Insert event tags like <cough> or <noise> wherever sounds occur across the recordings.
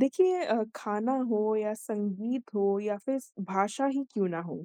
देखिए खाना हो या संगीत हो या फिर भाषा ही क्यों ना हो।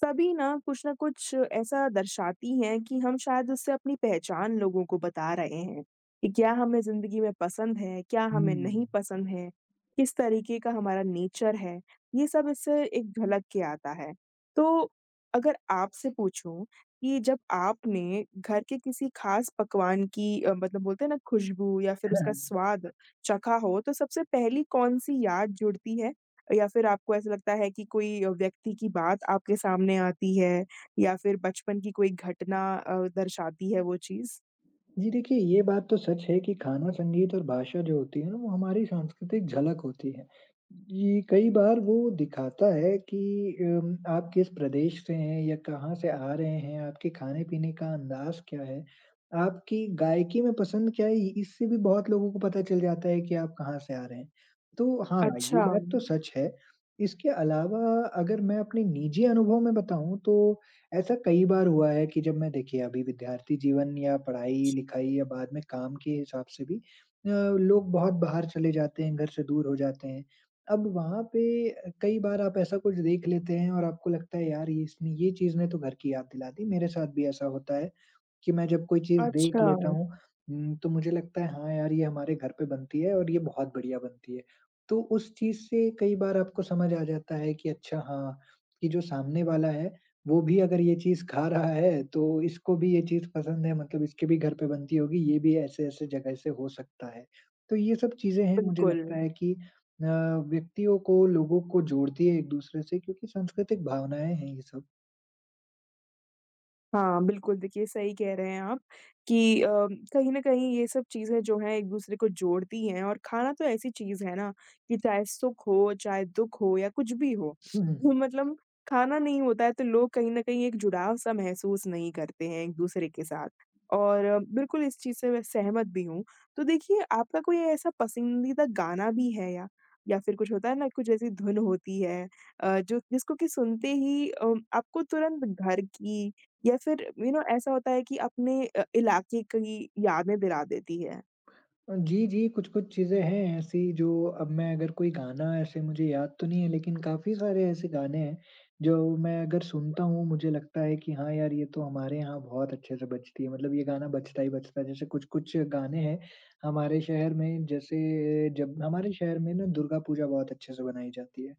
सभी ना कुछ ऐसा दर्शाती हैं कि हम शायद उससे अपनी पहचान लोगों को बता रहे हैं कि क्या हमें जिंदगी में पसंद है, क्या हमें हुँ। नहीं पसंद है, किस तरीके का हमारा नेचर है। ये सब इससे एक झलक के आता है। तो अगर आपसे पूछूं कि जब आपने घर के किसी खास पकवान की मतलब बोलते हैं ना खुशबू या फिर उसका <laughs> स्वाद चखा हो, तो सबसे पहली कौन-सी याद जुड़ती है? या फिर आपको ऐसा लगता है कि कोई व्यक्ति की बात आपके सामने आती है, या फिर बचपन की कोई घटना दर्शाती है वो चीज़? जी देखिए, ये बात तो सच है कि खाना, संगीत और भाषा जो होती है ना, वो हमारी सांस्कृतिक झलक होती है। ये कई बार वो दिखाता है कि आप किस प्रदेश से हैं या कहाँ से आ रहे हैं, आपके खाने-पीने का अंदाज़ क्या है, आपकी गायकी में पसंद क्या है, इ इससे भी बहुत लोगों को पता चल जाता है कि आप कहाँ से आ रहे हैं। तो हाँ, ये अच्छा। बात तो सच है। इसके अलावा अगर मैं अपने निजी अनुभव में बताऊँ तो ऐसा कई बार हुआ है कि जब मैं देखिए अभी विद्यार्थी जीवन या पढ़ाई-लिखाई या बाद में काम के हिसाब से भी अ, लोग बहुत बाहर चले जाते हैं, घर से दूर हो जाते हैं। अब वहाँ पे कई बार आप ऐसा कुछ देख लेते हैं और आपको लगता है यार ये इसने ये चीज़ ने तो घर की याद दिला दी, मेरे साथ भी ऐसा होता है। कि मैं जब कोई चीज़ देख अच्छा। लेता हूँ तो मुझे लगता है हाँ यार ये हमारे घर पे बनती है और ये बहुत बढ़िया बनती है। तो उस चीज़ से कई बार आपको समझ आ जाता है कि अच्छा हाँ, कि जो सामने वाला है वो भी अगर ये चीज़ खा रहा है तो इसको भी ये चीज़ पसंद है मतलब इसके भी घर पे बनती होगी, ये भी ऐसे-ऐसे जगह से हो सकता है। तो ये सब चीज़ें हैं मुझे बिल्कुल। लगता है कि अ, व्यक्तियों को, लोगों को जोड़ती है एक-दूसरे से क्योंकि सांस्कृतिक भावनाएँ हैं ये सब। हाँ, बिल्कुल, देखिए सही कह रहे हैं आप कि कहीं न कहीं ये सब चीज़ें जो हैं एक-दूसरे को जोड़ती हैं, और खाना तो ऐसी चीज़ है ना कि चाहे सुख हो, चाहे दुःख हो या कुछ भी हो, हम्म। वो मतलब खाना नहीं होता है तो लोग कहीं न कहीं एक जुड़ाव-सा महसूस नहीं करते हैं एक-दूसरे के साथ। और बिल्कुल इस चीज़ से मैं सहमत भी हूँ। तो देखिए आपका कोई ऐसा पसंदीदा गाना भी है, या फिर कुछ होता है ना कुछ ऐसी धुन होती है जो जिसको कि सुनते ही आपको तुरंत घर की या फिर यू नो ऐसा होता है कि अपने इलाके की यादें दिला देती है। जी, जी, कुछ-कुछ चीज़ें हैं ऐसी जो अब मैं अगर कोई गाना ऐसे मुझे याद तो नहीं है लेकिन काफ़ी सारे ऐसे गाने हैं, जो मैं अगर सुनता हूँ मुझे लगता है कि हाँ यार, ये तो हमारे यहाँ बहुत अच्छे से बजती है। मतलब ये गाना बजता ही बजता है। जैसे कुछ-कुछ गाने हैं हमारे शहर में जैसे जब हमारे शहर में ना दुर्गा पूजा बहुत अच्छे से मनाई जाती है।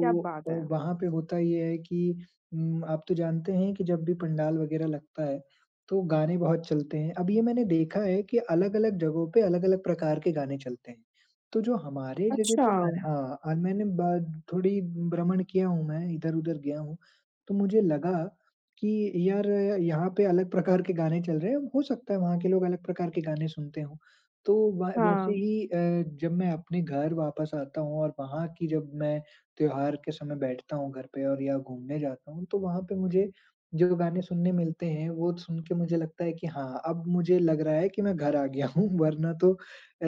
क्या बात है! वहाँ पे होता ये है कि आप तो जानते हैं कि जब भी पंडाल वगैरह लगता है तो गाने बहुत चलते हैं। अब ये मैंने देखा है कि अलग-अलग जगहों पे अलग-अलग प्रकार के गाने चलते हैं। तो जो हमारे जगह अच्छा। पे गाने हाँ, और मैंने ब थोड़ी भ्रमण किया हूँ मैं, इधर-उधर गया हूँ, तो मुझे लगा कि यार यहाँ पे अलग प्रकार के गाने चल रहे हैं, हो सकता है वहाँ के लोग अलग प्रकार के गाने सुनते हों। तो व वैसे हाँ। ही जब मैं अपने घर वापस आता हूँ और वहाँ की जब मैं त्योहार के समय बैठता हूँ घर पे और या घूमने जाता हूँ, तो वहाँ पे मुझे जो गाने सुनने मिलते हैं, वो सुन के मुझे लगता है कि हाँ, अब मुझे लग रहा है कि मैं घर आ गया हूँ <laughs> वरना तो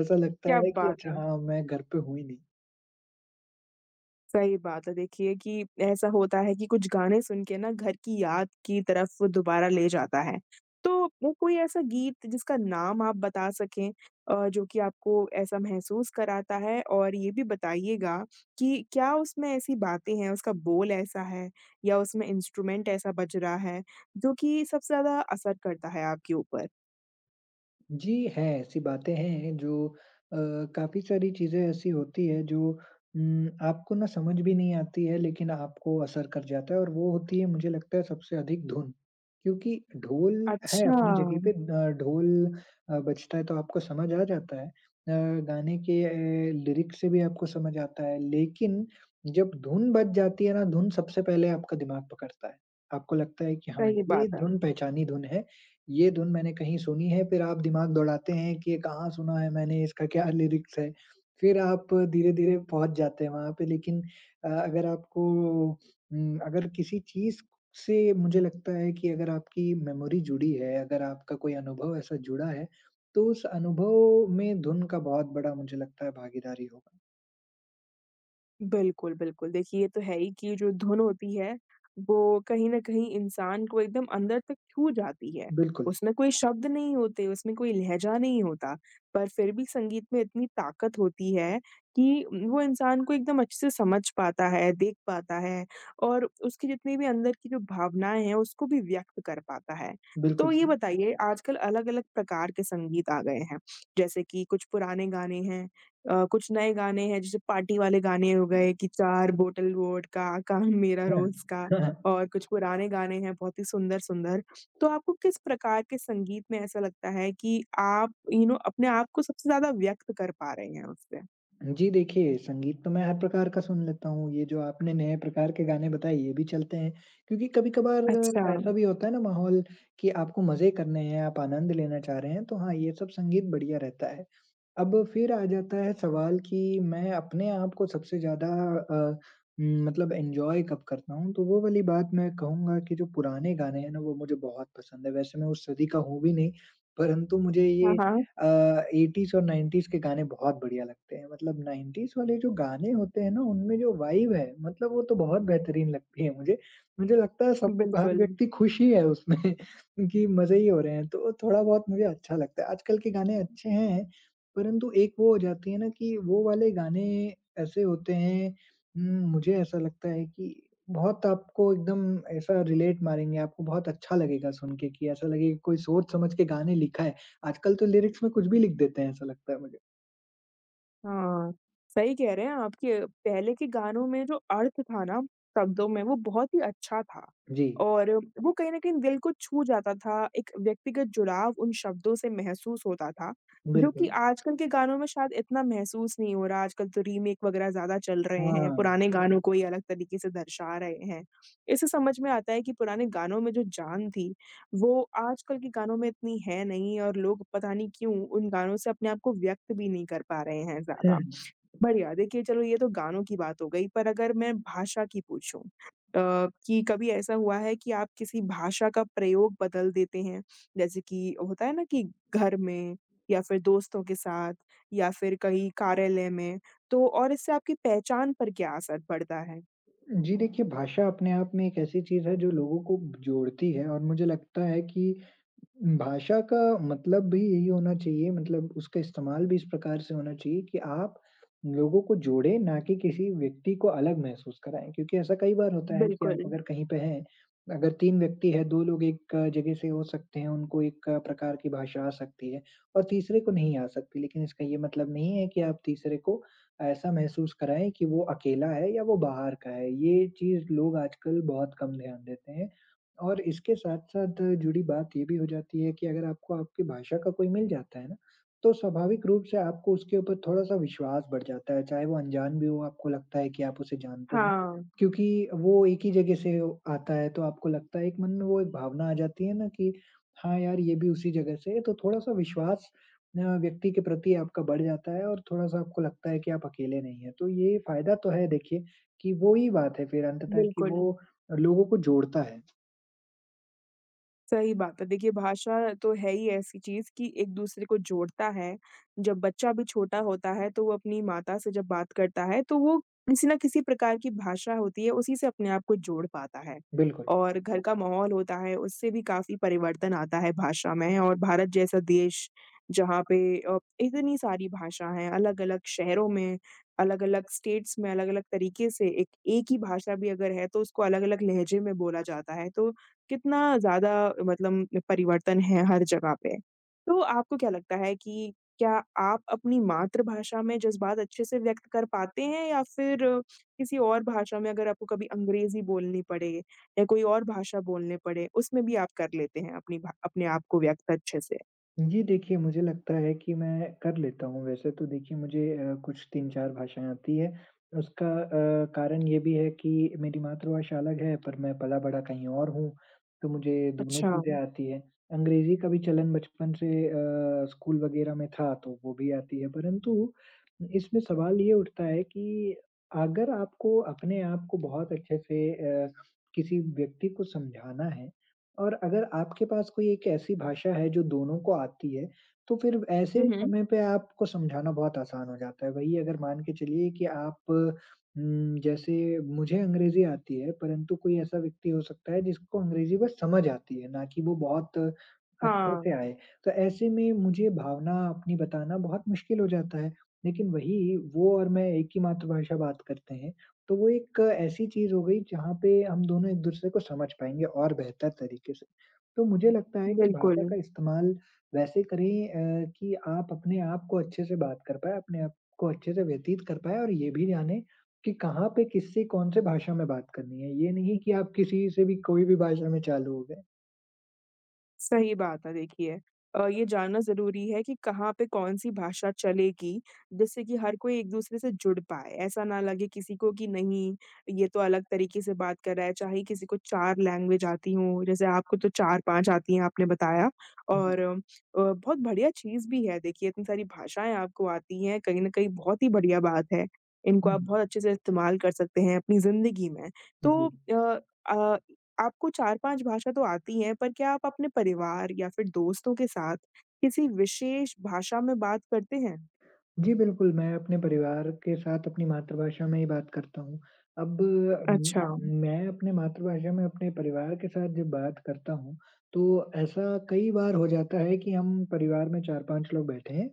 ऐसा लगता क्या है कि बात अच्छा है! हाँ, मैं घर पे हूँ ही नहीं। सही बात है देखिए कि ऐसा होता है कि कुछ गाने सुन के ना घर की याद की तरफ वो दोबारा ले जाता है। तो वो कोई ऐसा गीत जिसका नाम आप बता सकें, जो कि आपको ऐसा महसूस कराता है, और ये भी बताइएगा कि क्या उसमें ऐसी बातें हैं, उसका बोल ऐसा है, या उसमें इंस्ट्रूमेंट ऐसा बज रहा है जो कि सबसे ज़्यादा असर करता है आपके ऊपर? जी, हैं, ऐसी बातें हैं जो अ, काफ़ी सारी चीज़ें ऐसी होती हैं जो आपको ना समझ भी नहीं आती है लेकिन आपको असर कर जाता है और वो होती है मुझे लगता है सबसे अधिक धुन। क्योंकि ढोल है अच्छा। अपनी जगह पे ढोल बजता है तो आपको समझ आ जाता है। गाने के लिरिक्स से भी आपको समझ आता है लेकिन जब धुन बज जाती है ना, धुन सबसे पहले आपका दिमाग पकड़ता है। आपको लगता है कि हाँ, सही ये बात है। धुन पहचानी धुन है। ये धुन मैंने कहीं सुनी है, फिर आप दिमाग दौड़ाते हैं कि ये कहाँ सुना है मैंने, इसका क्या लिरिक्स है। फिर आप धीरे-धीरे पहुँच जाते हैं वहाँ पे लेकिन अगर आपको अगर किसी चीज़ से मुझे लगता है कि अगर आपकी मेमोरी जुड़ी है, अगर आपका कोई अनुभव ऐसा जुड़ा है, तो उस अनुभव में धुन का बहुत बड़ा मुझे लगता है भागीदारी होगा। बिल्कुल, बिल्कुल। देखिए, ये तो है ही कि जो धुन होती है, वो कहीं न कहीं इंसान को एकदम अंदर तक छू जाती है। बिल्कुल, उसमें कोई शब्द नहीं होते, उसमें कोई लहज़ा नहीं होता, पर फिर भी संगीत में इतनी ताकत होती है कि वो इंसान को एकदम अच्छे से समझ पाता है, देख पाता है, और उसकी जितनी भी अंदर की जो भावनाएँ हैं, उसको भी व्यक्त कर पाता है। तो बिल्कुल ये सही। बताइए, आजकल अलग-अलग प्रकार के संगीत आ गए हैं, जैसे कि कुछ पुराने गाने हैं, कुछ नए गाने हैं, जैसे पार्टी वाले गाने हो गए कि 4 बोतल वोडका, काम मेरा हाँ, रोज का, हाँ, और कुछ पुराने गाने हैं बहुत ही सुंदर-सुंदर। तो आपको किस प्रकार के संगीत में ऐसा लगता है कि आप यू नो अपने आप को सबसे ज़्यादा व्यक्त कर पा रहे हैं उससे? जी, देखिए संगीत तो मैं हर प्रकार का सुन लेता हूँ। ये जो आपने नए प्रकार के गाने बताए ये भी चलते हैं, क्योंकि कभी-कभार अच्छा। ऐसा भी होता है ना माहौल कि आपको मज़े करने हैं, आप आनंद लेना चाह रहे हैं, तो हाँ, ये सब संगीत बढ़िया रहता है। अब फिर आ जाता है सवाल कि मैं अपने आप को सबसे ज़्यादा अ, मतलब एन्जॉय कब करता हूँ, तो वो वाली बात मैं कहूँगा कि जो पुराने गाने हैं ना, वो मुझे बहुत पसंद है। वैसे मैं उस सदी का हूँ भी नहीं, परंतु मुझे हाँ, ये हाँ। अ, 80s और 90s के गाने बहुत बढ़िया लगते हैं। मतलब 90s वाले जो गाने होते हैं ना, उनमें जो वाइब है, मतलब वो तो बहुत बेहतरीन लगती है मुझे। मुझे लगता है सब हर बिल्कुल। व्यक्ति खुश ही है उसमें <laughs> कि मज़े ही हो रहे हैं, तो थोड़ा बहुत मुझे अच्छा लगता है। आजकल के गाने अच्छे हैं, परंतु एक वो हो जाती है ना कि वो वाले गाने ऐसे होते हैं मुझे ऐसा लगता है कि बहुत आपको एकदम ऐसा रिलेट मारेंगे, आपको बहुत अच्छा लगेगा सुन के कि ऐसा लगेगा कोई सोच समझ के गाने लिखा है। आजकल तो लिरिक्स में कुछ भी लिख देते हैं ऐसा लगता है मुझे। हाँ, सही कह रहे हैं आप कि पहले के गानों में जो अर्थ था ना शब्दों में, वो बहुत ही अच्छा था, जी, और वो कहीं न कहीं दिल को छू जाता था। एक व्यक्तिगत जुड़ाव उन शब्दों से महसूस होता था, जो कि बिल्कुल। आजकल के गानों में शायद इतना महसूस नहीं हो रहा। आजकल तो रीमेक वग़ैरह ज़्यादा चल रहे हैं, हाँ। पुराने गानों को ही अलग तरीके से दर्शा रहे हैं। इससे समझ में आता है कि पुराने गानों में जो जान थी, वो आजकल के गानों में इतनी है नहीं, और लोग पता नहीं क्यों उन गानों से अपने आप को व्यक्त भी नहीं कर पा रहे हैं ज़्यादा। <laughs> बढ़िया। देखिए चलो ये तो गानों की बात हो गई, पर अगर मैं भाषा की पूछूँ, कि कभी ऐसा हुआ है कि आप किसी भाषा का प्रयोग बदल देते हैं? जैसे कि होता है ना कि घर में, या फिर दोस्तों के साथ, या फिर कहीं कार्यालय में, तो और इससे आपकी पहचान पर क्या असर पड़ता है? जी देखिए भाषा अपने आप में एक ऐसी चीज़ है जो लोगों को जोड़ती है और मुझे लगता है कि भाषा का मतलब भी यही होना चाहिए मतलब उसका इस्तेमाल भी इस प्रकार से होना चाहिए कि आप लोगों को जोड़ें, ना कि किसी व्यक्ति को अलग महसूस कराएँ। क्योंकि ऐसा कई बार होता है कि आप बिल्कुल। अगर कहीं पे हैं, अगर 3 व्यक्ति हैं, 2 लोग एक जगह से हो सकते हैं, उनको एक प्रकार की भाषा आ सकती है और तीसरे को नहीं आ सकती। लेकिन इसका ये मतलब नहीं है कि आप तीसरे को ऐसा महसूस कराएँ कि वो अकेला है या वो बाहर का है। ये चीज़ लोग आजकल बहुत कम ध्यान देते हैं और इसके साथ-साथ जुड़ी बात ये भी हो जाती है कि अगर आपको आपकी भाषा का कोई मिल जाता है ना, तो स्वाभाविक रूप से आपको उसके ऊपर थोड़ा-सा विश्वास बढ़ जाता है, चाहे वो अनजान भी हो, आपको लगता है कि आप उसे जानते हैं। हाँ, क्योंकि वो एक ही जगह से आता है, तो आपको लगता है एक मन में वो एक भावना आ जाती है ना कि हाँ यार, ये भी उसी जगह से है, तो थोड़ा-सा विश्वास व्यक्ति के प्रति आपका बढ़ जाता है और थोड़ा-सा आपको लगता है कि आप अकेले नहीं हैं। तो ये फ़ायदा तो है देखिए कि वो ही बात है फिर अंततः कि बिल्कुल। वो लोगों को जोड़ता है। सही बात है। देखिए भाषा तो है ही ऐसी चीज़ कि एक दूसरे को जोड़ता है। जब बच्चा भी छोटा होता है तो वो अपनी माता से जब बात करता है तो वो किसी न किसी प्रकार की भाषा होती है उसी से अपने आप को जोड़ पाता है। बिल्कुल। और घर का माहौल होता है उससे भी काफ़ी परिवर्तन आता है भाषा में। और भारत जैसा देश, जहाँ पे इतनी सारी भाषा हैं, अलग-अलग शहरों में, अलग-अलग स्टेट्स में, अलग-अलग तरीके से, एक एक ही भाषा भी अगर है तो उसको अलग-अलग लहजे में बोला जाता है। तो कितना ज़्यादा मतलब परिवर्तन है हर जगह पे। तो आपको क्या लगता है कि क्या आप अपनी मातृभाषा में जज़्बात अच्छे से व्यक्त कर पाते हैं, या फिर किसी और भाषा में, अगर आपको कभी अंग्रेज़ी बोलनी पड़े या कोई और भाषा बोलने पड़े, उसमें भी आप कर लेते हैं अपनी भा अपने आप को व्यक्त अच्छे से? जी देखिए, मुझे लगता है कि मैं कर लेता हूँ वैसे तो देखिए मुझे कुछ 3-4 भाषाएँ आती हैं। उसका कारण ये भी है कि मेरी मातृभाषा अलग है पर मैं पला-बड़ा कहीं और हूँ, तो मुझे दोनों अच्छा। चीज़ें आती हैं। अंग्रेज़ी का भी चलन बचपन से स्कूल वगैरह में था तो वो भी आती है। परंतु इसमें सवाल ये उठता है कि अगर आपको अपने आप को बहुत अच्छे से अ, किसी व्यक्ति को समझाना है और अगर आपके पास कोई एक ऐसी भाषा है जो दोनों को आती है, तो फिर हुँ, ऐसे हुँ। समय पे आपको समझाना बहुत आसान हो जाता है। वहीं अगर मान के चलिए कि आप जैसे मुझे अंग्रेज़ी आती है, परंतु कोई ऐसा व्यक्ति हो सकता है जिसको अंग्रेज़ी बस समझ आती है, ना कि वो बहुत अच्छे से हाँ, आए। तो ऐसे में मुझे भावना अपनी बताना बहुत मुश्किल हो जाता है। लेकिन वही वो और मैं एक ही मातृभाषा बात करते हैं, तो वो एक ऐसी चीज़ हो गई जहाँ पे हम दोनों एक-दूसरे को समझ पाएँगे और बेहतर तरीके से। तो मुझे लगता है कि भाषा बिल्कुल। का इस्तेमाल वैसे करें कि आप अपने आप को अच्छे से बात कर पाएँ, अपने आप को अच्छे से व्यतीत कर पाएँ और ये भी जानें कि कहाँ पे किससे कौन-से भाषा में बात करनी है। ये नहीं कि आप किसी से भी कोई भी भाषा में चालू हो गए। सही बात है देखिए, ये जानना ज़रूरी है कि कहाँ पे कौन-सी भाषा चलेगी, जिससे कि हर कोई एक-दूसरे से जुड़ पाए। ऐसा ना लगे किसी को कि नहीं, ये तो अलग तरीके से बात कर रहा है। चाहे किसी को 4 लैंग्वेज आती हों, जैसे आपको तो 4-5 आती हैं आपने बताया। हुँ, हुँ। और बहुत बढ़िया चीज़ भी है देखिए, इतनी सारी भाषाएँ आपको आती हैं, कहीं न कहीं बहुत ही बढ़िया बात है। इनको हुँ, आप हुँ। बहुत अच्छे से इस्तेमाल कर सकते हैं अपनी ज़िंदगी में। तो जी। अ अ आपको 4-5 भाषा तो आती है, पर क्या आप अपने परिवार या फिर दोस्तों के साथ किसी विशेष भाषा में बात करते हैं? जी, बिल्कुल, मैं अपने परिवार के साथ अपनी मातृभाषा में ही बात करता हूँ। अब अच्छा, मैं अपने मातृभाषा में अपने परिवार के साथ जब बात करता हूँ, तो ऐसा कई बार हो जाता है कि हम परिवार में 4-5 लोग बैठे हैं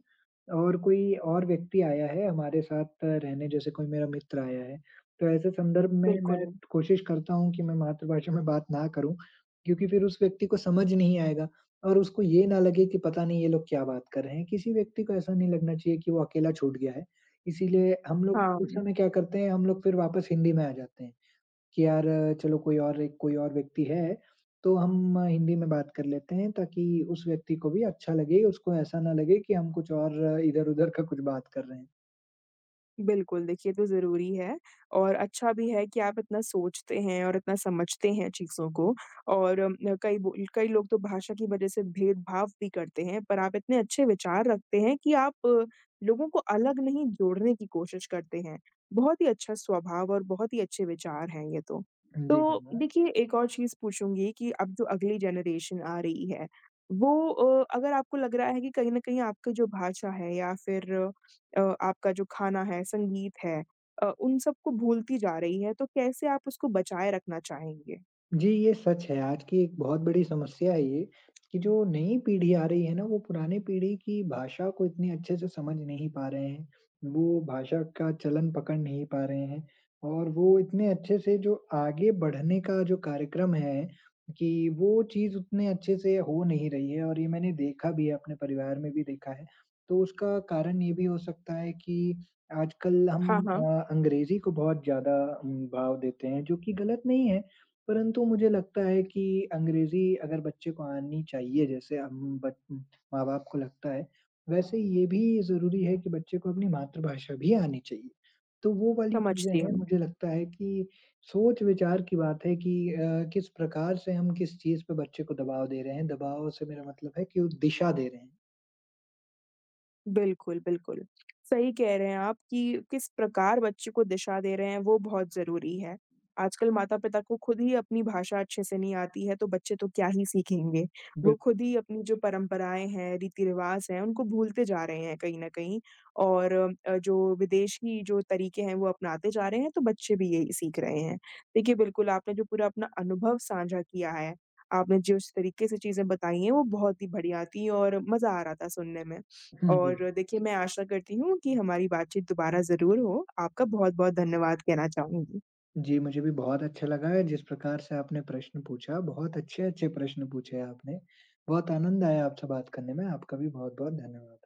और कोई और व्यक्ति आया है हमारे साथ रहने, जैसे कोई मेरा मित्र आया है। तो ऐसे संदर्भ में बिल्कुल, मैं कोशिश करता हूँ कि मैं मातृभाषा में बात ना करूँ, क्योंकि फिर उस व्यक्ति को समझ नहीं आएगा। और उसको ये ना लगे कि पता नहीं ये लोग क्या बात कर रहे हैं। किसी व्यक्ति को ऐसा नहीं लगना चाहिए कि वो अकेला छूट गया है। इसीलिए हम लोग हाँ। उस समय क्या करते हैं, हम लोग फिर वापस हिंदी में आ जाते हैं कि यार चलो कोई और एक कोई और व्यक्ति है, तो हम हिंदी में बात कर लेते हैं ताकि उस व्यक्ति को भी अच्छा लगे, उसको ऐसा ना लगे कि हम कुछ और इधर-उधर का कुछ बात कर रहे हैं। बिल्कुल, देखिए ये तो ज़रूरी है और अच्छा भी है कि आप इतना सोचते हैं और इतना समझते हैं चीज़ों को, और कई लोग तो भाषा की वज़ह से भेदभाव भी करते हैं, पर आप इतने अच्छे विचार रखते हैं कि आप लोगों को अलग नहीं जोड़ने की कोशिश करते हैं। बहुत ही अच्छा स्वभाव और बहुत ही अच्छे विचार हैं ये तो। जी तो धन्यवाद। देखिए एक और चीज़ पूछूँगी कि अब जो अगली जनरेशन आ रही है, वो अगर आपको लग रहा है कि कहीं न कहीं आपकी जो भाषा है, या फिर आपका जो खाना है, संगीत है, उन सबको भूलती जा रही है, तो कैसे आप उसको बचाए रखना चाहेंगे? जी, ये सच है। आज की एक बहुत बड़ी समस्या है ये, कि जो नई पीढ़ी आ रही है ना, वो पुरानी पीढ़ी की भाषा को इतनी अच्छे से समझ नहीं पा रहे हैं। वो भाषा का चलन पकड़ नहीं पा रहे हैं और वो इतने अच्छे से जो आगे बढ़ने का जो कार्यक्रम है, कि वो चीज़ उतने अच्छे से हो नहीं रही है और ये मैंने देखा भी है, अपने परिवार में भी देखा है। तो उसका कारण ये भी हो सकता है कि आजकल हम हाँ, हाँ, अंग्रेज़ी को बहुत ज़्यादा भाव देते हैं, जो कि गलत नहीं है। परंतु मुझे लगता है कि अंग्रेज़ी अगर बच्चे को आनी चाहिए जैसे हम बच माँ-बाप को लगता है, वैसे ये भी ज़रूरी है कि बच्चे को अपनी मातृभाषा भी आनी चाहिए। तो वो वाली चीज़ें समझती हैं हूँ। मुझे लगता है कि सोच-विचार की बात है कि किस प्रकार से हम किस चीज़ पे बच्चे को दबाव दे रहे हैं, दबाव से मेरा मतलब है कि वो दिशा दे रहे हैं। बिल्कुल, बिल्कुल। सही कह रहे हैं आप कि किस प्रकार बच्चे को दिशा दे रहे हैं वो बहुत ज़रूरी है। आजकल माता-पिता को खुद ही अपनी भाषा अच्छे से नहीं आती है तो बच्चे तो क्या ही सीखेंगे। वो बिल्कुल। खुद ही अपनी जो परंपराएँ हैं, रीति-रिवाज़ हैं उनको भूलते जा रहे हैं कहीं न कहीं, और जो विदेशी जो तरीके हैं वो अपनाते जा रहे हैं, तो बच्चे भी यही सीख रहे हैं। देखिए बिल्कुल आपने जो पूरा अपना अनुभव साझा किया है, आपने जिस तरीके से चीज़ें बताई हैं वो बहुत ही बढ़िया थी और मज़ा आ रहा था सुनने में। हुँ, जी। और देखिए मैं आशा करती हूँ कि हमारी बातचीत दोबारा ज़रूर हो। आपका बहुत-बहुत धन्यवाद कहना चाहूँगी। जी, मुझे भी बहुत अच्छा लगा है जिस प्रकार से आपने प्रश्न पूछा, बहुत अच्छे-अच्छे प्रश्न पूछे आपने। बहुत आनंद आया आपसे बात करने में, आपका भी बहुत-बहुत धन्यवाद।